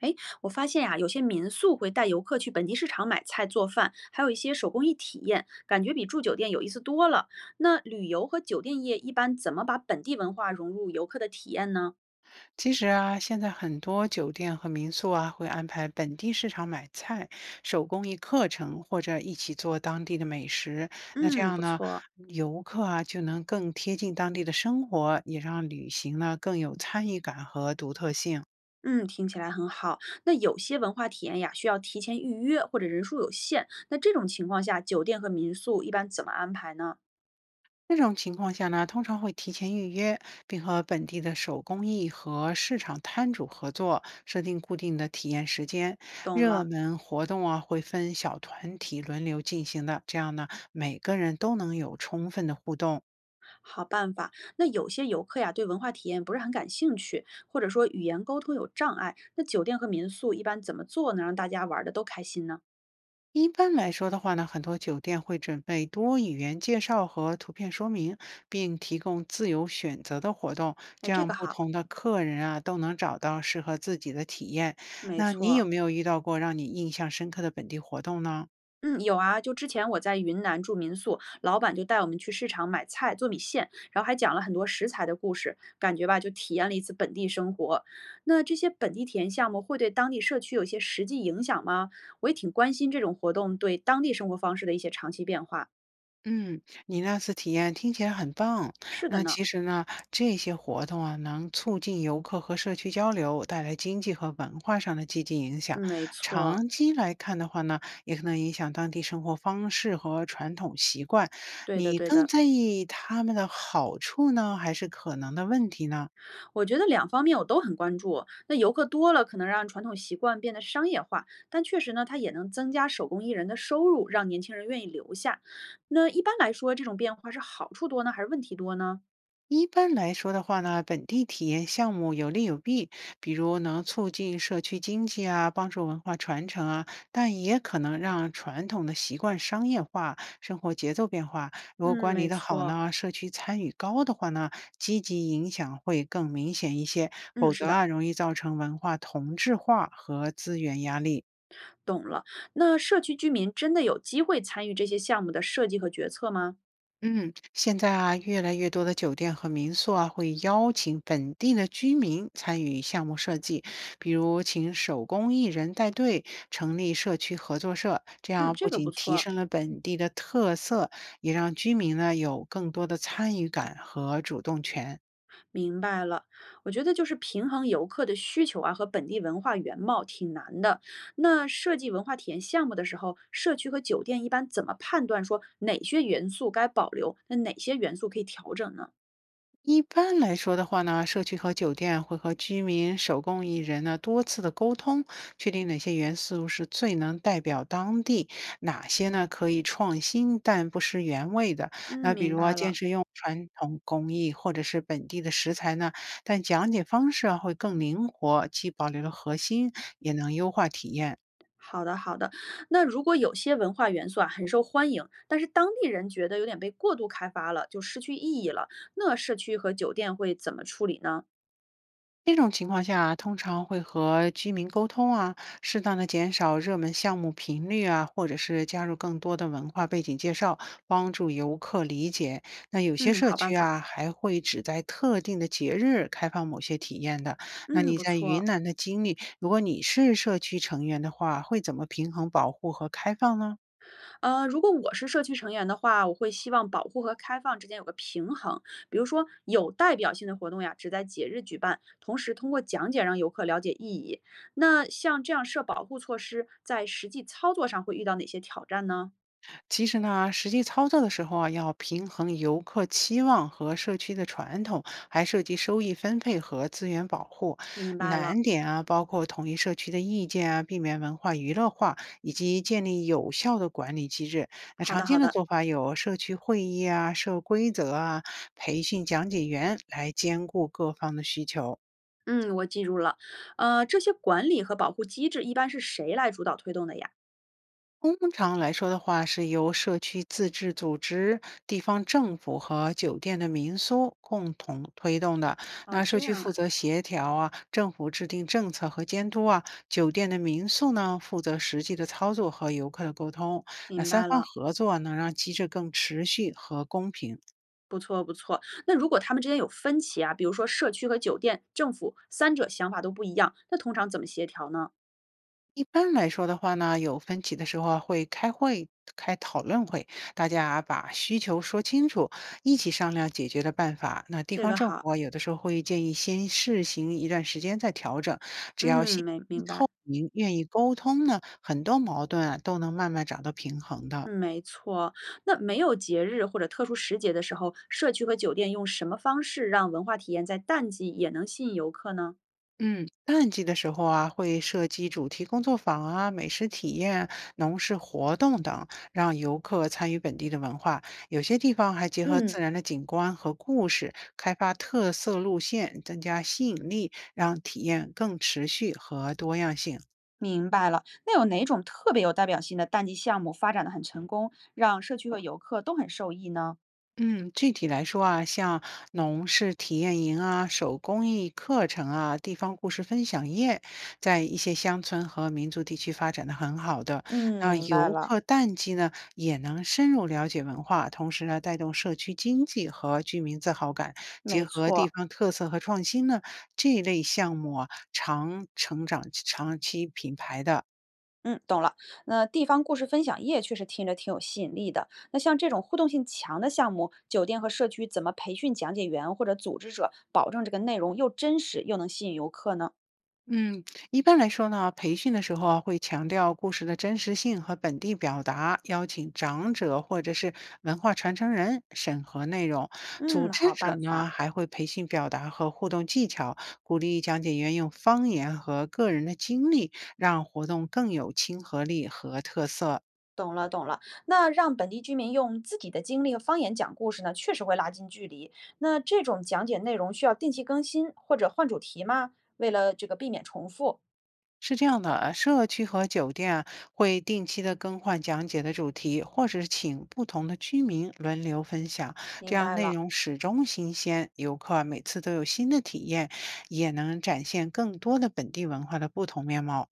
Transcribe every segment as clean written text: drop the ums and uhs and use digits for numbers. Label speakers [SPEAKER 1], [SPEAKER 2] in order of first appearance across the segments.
[SPEAKER 1] 哎，我发现呀、有些民宿会带游客去本地市场买菜做饭，还有一些手工艺体验，感觉比住酒店有意思多了。那旅游和酒店业一般怎么把本地文化融入游客的体验呢？
[SPEAKER 2] 其实啊，现在很多酒店和民宿啊，会安排本地市场买菜、手工艺课程，或者一起做当地的美食。那这
[SPEAKER 1] 嗯，
[SPEAKER 2] 样
[SPEAKER 1] 不
[SPEAKER 2] 呢，
[SPEAKER 1] 错，
[SPEAKER 2] 游客啊就能更贴近当地的生活，也让旅行呢更有参与感和独特性。
[SPEAKER 1] 嗯，听起来很好。那有些文化体验呀，需要提前预约或者人数有限，那这种情况下，酒店和民宿一般怎么安排呢？
[SPEAKER 2] 这种情况下呢，通常会提前预约，并和本地的手工艺和市场摊主合作，设定固定的体验时间。
[SPEAKER 1] 懂
[SPEAKER 2] 热
[SPEAKER 1] 了。
[SPEAKER 2] 门活动啊，会分小团体轮流进行的，这样呢，每个人都能有充分的互动。
[SPEAKER 1] 好办法。那有些游客呀，对文化体验不是很感兴趣，或者说语言沟通有障碍，那酒店和民宿一般怎么做能让大家玩的都开心呢？
[SPEAKER 2] 一般来说的话呢，很多酒店会准备多语言介绍和图片说明，并提供自由选择的活动，
[SPEAKER 1] 哎，
[SPEAKER 2] 这
[SPEAKER 1] 这
[SPEAKER 2] 样
[SPEAKER 1] 个
[SPEAKER 2] 不
[SPEAKER 1] 好，
[SPEAKER 2] 同的客人啊都能找到适合自己的体验。
[SPEAKER 1] 没
[SPEAKER 2] 那你有
[SPEAKER 1] 错。
[SPEAKER 2] 没有遇到过让你印象深刻的本地活动呢？
[SPEAKER 1] 嗯，有啊，就之前我在云南住民宿，老板就带我们去市场买菜做米线，然后还讲了很多食材的故事，感觉吧就体验了一次本地生活。那这些本地体验项目会对当地社区有一些实际影响吗？我也挺关心这种活动对当地生活方式的一些长期变化。
[SPEAKER 2] 嗯，你那次体验听起来很棒。
[SPEAKER 1] 是的
[SPEAKER 2] 那
[SPEAKER 1] 呢，
[SPEAKER 2] 其实呢，这些活动啊，能促进游客和社区交流，带来经济和文化上的积极影响。
[SPEAKER 1] 嗯没错。
[SPEAKER 2] 长期来看的话呢，也可能影响当地生活方式和传统习惯。
[SPEAKER 1] 对的
[SPEAKER 2] 你
[SPEAKER 1] 对
[SPEAKER 2] 更
[SPEAKER 1] 的，
[SPEAKER 2] 在意他们的好处呢，还是可能的问题呢？
[SPEAKER 1] 我觉得两方面我都很关注。那游客多了，可能让传统习惯变得商业化，但确实呢，它也能增加手工艺人的收入，让年轻人愿意留下。那一般来说，这种变化是好处多呢，还是问题多呢？
[SPEAKER 2] 一般来说的话呢，本地体验项目有利有弊，比如能促进社区经济啊，帮助文化传承啊，但也可能让传统的习惯商业化，生活节奏变化。如果
[SPEAKER 1] 嗯，
[SPEAKER 2] 管理
[SPEAKER 1] 没
[SPEAKER 2] 的好
[SPEAKER 1] 错，
[SPEAKER 2] 呢，社区参与高的话呢，积极影响会更明显一些，否
[SPEAKER 1] 嗯，
[SPEAKER 2] 则
[SPEAKER 1] 是的，
[SPEAKER 2] 啊，容易造成文化同质化和资源压力。
[SPEAKER 1] 懂了。那社区居民真的有机会参与这些项目的设计和决策吗？
[SPEAKER 2] 嗯，现在啊，越来越多的酒店和民宿啊，会邀请本地的居民参与项目设计，比如请手工艺人带队，成立社区合作社，这
[SPEAKER 1] 嗯，
[SPEAKER 2] 样
[SPEAKER 1] 这
[SPEAKER 2] 不
[SPEAKER 1] 个不
[SPEAKER 2] 仅提
[SPEAKER 1] 错。
[SPEAKER 2] 升了本地的特色，也让居民呢有更多的参与感和主动权。
[SPEAKER 1] 明白了，我觉得就是平衡游客的需求啊和本地文化原貌挺难的。那设计文化体验项目的时候，社区和酒店一般怎么判断说哪些元素该保留，那哪些元素可以调整呢？
[SPEAKER 2] 一般来说的话呢，社区和酒店会和居民、手工艺人呢多次的沟通，确定哪些元素是最能代表当地，哪些呢可以创新但不失原味的。
[SPEAKER 1] 嗯，
[SPEAKER 2] 那比
[SPEAKER 1] 明
[SPEAKER 2] 如啊
[SPEAKER 1] 白
[SPEAKER 2] 坚
[SPEAKER 1] 了。
[SPEAKER 2] 持用传统工艺或者是本地的食材呢，但讲解方式啊会更灵活，既保留了核心，也能优化体验。
[SPEAKER 1] 好的，好的。那如果有些文化元素啊很受欢迎，但是当地人觉得有点被过度开发了，就失去意义了，那社区和酒店会怎么处理呢？
[SPEAKER 2] 这种情况下，通常会和居民沟通啊，适当的减少热门项目频率啊，或者是加入更多的文化背景介绍，帮助游客理解。那有些
[SPEAKER 1] 嗯，
[SPEAKER 2] 社
[SPEAKER 1] 好办
[SPEAKER 2] 区
[SPEAKER 1] 法。
[SPEAKER 2] 啊，还会只在特定的节日开放某些体验的。那
[SPEAKER 1] 嗯，
[SPEAKER 2] 你
[SPEAKER 1] 不
[SPEAKER 2] 在云
[SPEAKER 1] 错。
[SPEAKER 2] 南的经历，如果你是社区成员的话，会怎么平衡保护和开放呢？
[SPEAKER 1] 如果我是社区成员的话，我会希望保护和开放之间有个平衡。比如说，有代表性的活动呀，只在节日举办，同时通过讲解让游客了解意义。那像这样设保护措施，在实际操作上会遇到哪些挑战呢？
[SPEAKER 2] 其实呢，实际操作的时候啊，要平衡游客期望和社区的传统，还涉及收益分配和资源保护。
[SPEAKER 1] 明白了，
[SPEAKER 2] 难点啊，包括统一社区的意见啊，避免文化娱乐化，以及建立有效的管理机制。那
[SPEAKER 1] 好
[SPEAKER 2] 常
[SPEAKER 1] 的，
[SPEAKER 2] 见
[SPEAKER 1] 好
[SPEAKER 2] 的
[SPEAKER 1] 的，
[SPEAKER 2] 做法有社区会议啊、设规则啊、培训讲解员来兼顾各方的需求。
[SPEAKER 1] 嗯，我记住了。这些管理和保护机制一般是谁来主导推动的呀？
[SPEAKER 2] 通常来说的话，是由社区自治组织、地方政府和酒店的民宿共同推动的。
[SPEAKER 1] 哦，
[SPEAKER 2] 那社
[SPEAKER 1] 这
[SPEAKER 2] 区
[SPEAKER 1] 样
[SPEAKER 2] 负
[SPEAKER 1] 啊，
[SPEAKER 2] 责协调啊，政府制定政策和监督啊，酒店的民宿呢负责实际的操作和游客的沟通。那
[SPEAKER 1] 明
[SPEAKER 2] 三
[SPEAKER 1] 白
[SPEAKER 2] 方
[SPEAKER 1] 了。
[SPEAKER 2] 合作能让机制更持续和公平。
[SPEAKER 1] 不错不错，那如果他们之间有分歧啊，比如说社区和酒店、政府三者想法都不一样，那通常怎么协调呢？
[SPEAKER 2] 一般来说的话呢，有分歧的时候啊，会开会、开讨论会，大家把需求说清楚，一起商量解决的办法。那地
[SPEAKER 1] 这
[SPEAKER 2] 方
[SPEAKER 1] 个
[SPEAKER 2] 政
[SPEAKER 1] 好，
[SPEAKER 2] 府啊有的时候会建议先试行一段时间再调整，只要
[SPEAKER 1] 嗯，
[SPEAKER 2] 心
[SPEAKER 1] 没明白，
[SPEAKER 2] 民愿意沟通呢，很多矛盾啊都能慢慢找到平衡的。
[SPEAKER 1] 嗯，没错。那没有节日或者特殊时节的时候，社区和酒店用什么方式让文化体验在淡季也能吸引游客呢？
[SPEAKER 2] 嗯，淡季的时候啊，会设计主题工作坊啊、美食体验、农事活动等，让游客参与本地的文化。有些地方还结合自
[SPEAKER 1] 嗯，
[SPEAKER 2] 然的景观和故事，开发特色路线，增加吸引力，让体验更持续和多样性。
[SPEAKER 1] 明白了。那有哪种特别有代表性的淡季项目发展的很成功，让社区和游客都很受益呢？
[SPEAKER 2] 嗯，具体来说啊，像农事体验营啊、手工艺课程啊、地方故事分享业，在一些乡村和民族地区发展的很好的。
[SPEAKER 1] 嗯，
[SPEAKER 2] 那
[SPEAKER 1] 明白
[SPEAKER 2] 游
[SPEAKER 1] 了，
[SPEAKER 2] 客淡季呢，也能深入了解文化，同时呢，带动社区经济和居民自豪感。结
[SPEAKER 1] 没
[SPEAKER 2] 合地
[SPEAKER 1] 错。
[SPEAKER 2] 方特色和创新呢，这一类项目啊，长成长期品牌的。
[SPEAKER 1] 嗯，懂了。那地方故事分享业确实听着挺有吸引力的。那像这种互动性强的项目，酒店和社区怎么培训讲解员或者组织者，保证这个内容又真实又能吸引游客呢？
[SPEAKER 2] 嗯，一般来说呢，培训的时候啊，会强调故事的真实性和本地表达，邀请长者或者是文化传承人审核内容。组
[SPEAKER 1] 嗯，
[SPEAKER 2] 织
[SPEAKER 1] 好
[SPEAKER 2] 者
[SPEAKER 1] 办
[SPEAKER 2] 呢，
[SPEAKER 1] 法，
[SPEAKER 2] 还会培训表达和互动技巧，鼓励讲解员用方言和个人的经历，让活动更有亲和力和特色。
[SPEAKER 1] 懂了懂了。那让本地居民用自己的经历和方言讲故事呢，确实会拉近距离。那这种讲解内容需要定期更新或者换主题吗？为了这个避免重复。
[SPEAKER 2] 是这样的，社区和酒店啊会定期的更换讲解的主题，或者是请不同的居民轮流分享，这
[SPEAKER 1] 明
[SPEAKER 2] 样
[SPEAKER 1] 白
[SPEAKER 2] 内
[SPEAKER 1] 了，
[SPEAKER 2] 容始终新鲜，游客啊每次都有新的体验，也能展现更多的本地文化的不同面貌。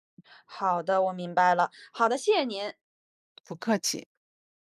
[SPEAKER 1] 好的，我明白了。好的，谢谢您。
[SPEAKER 2] 不客气。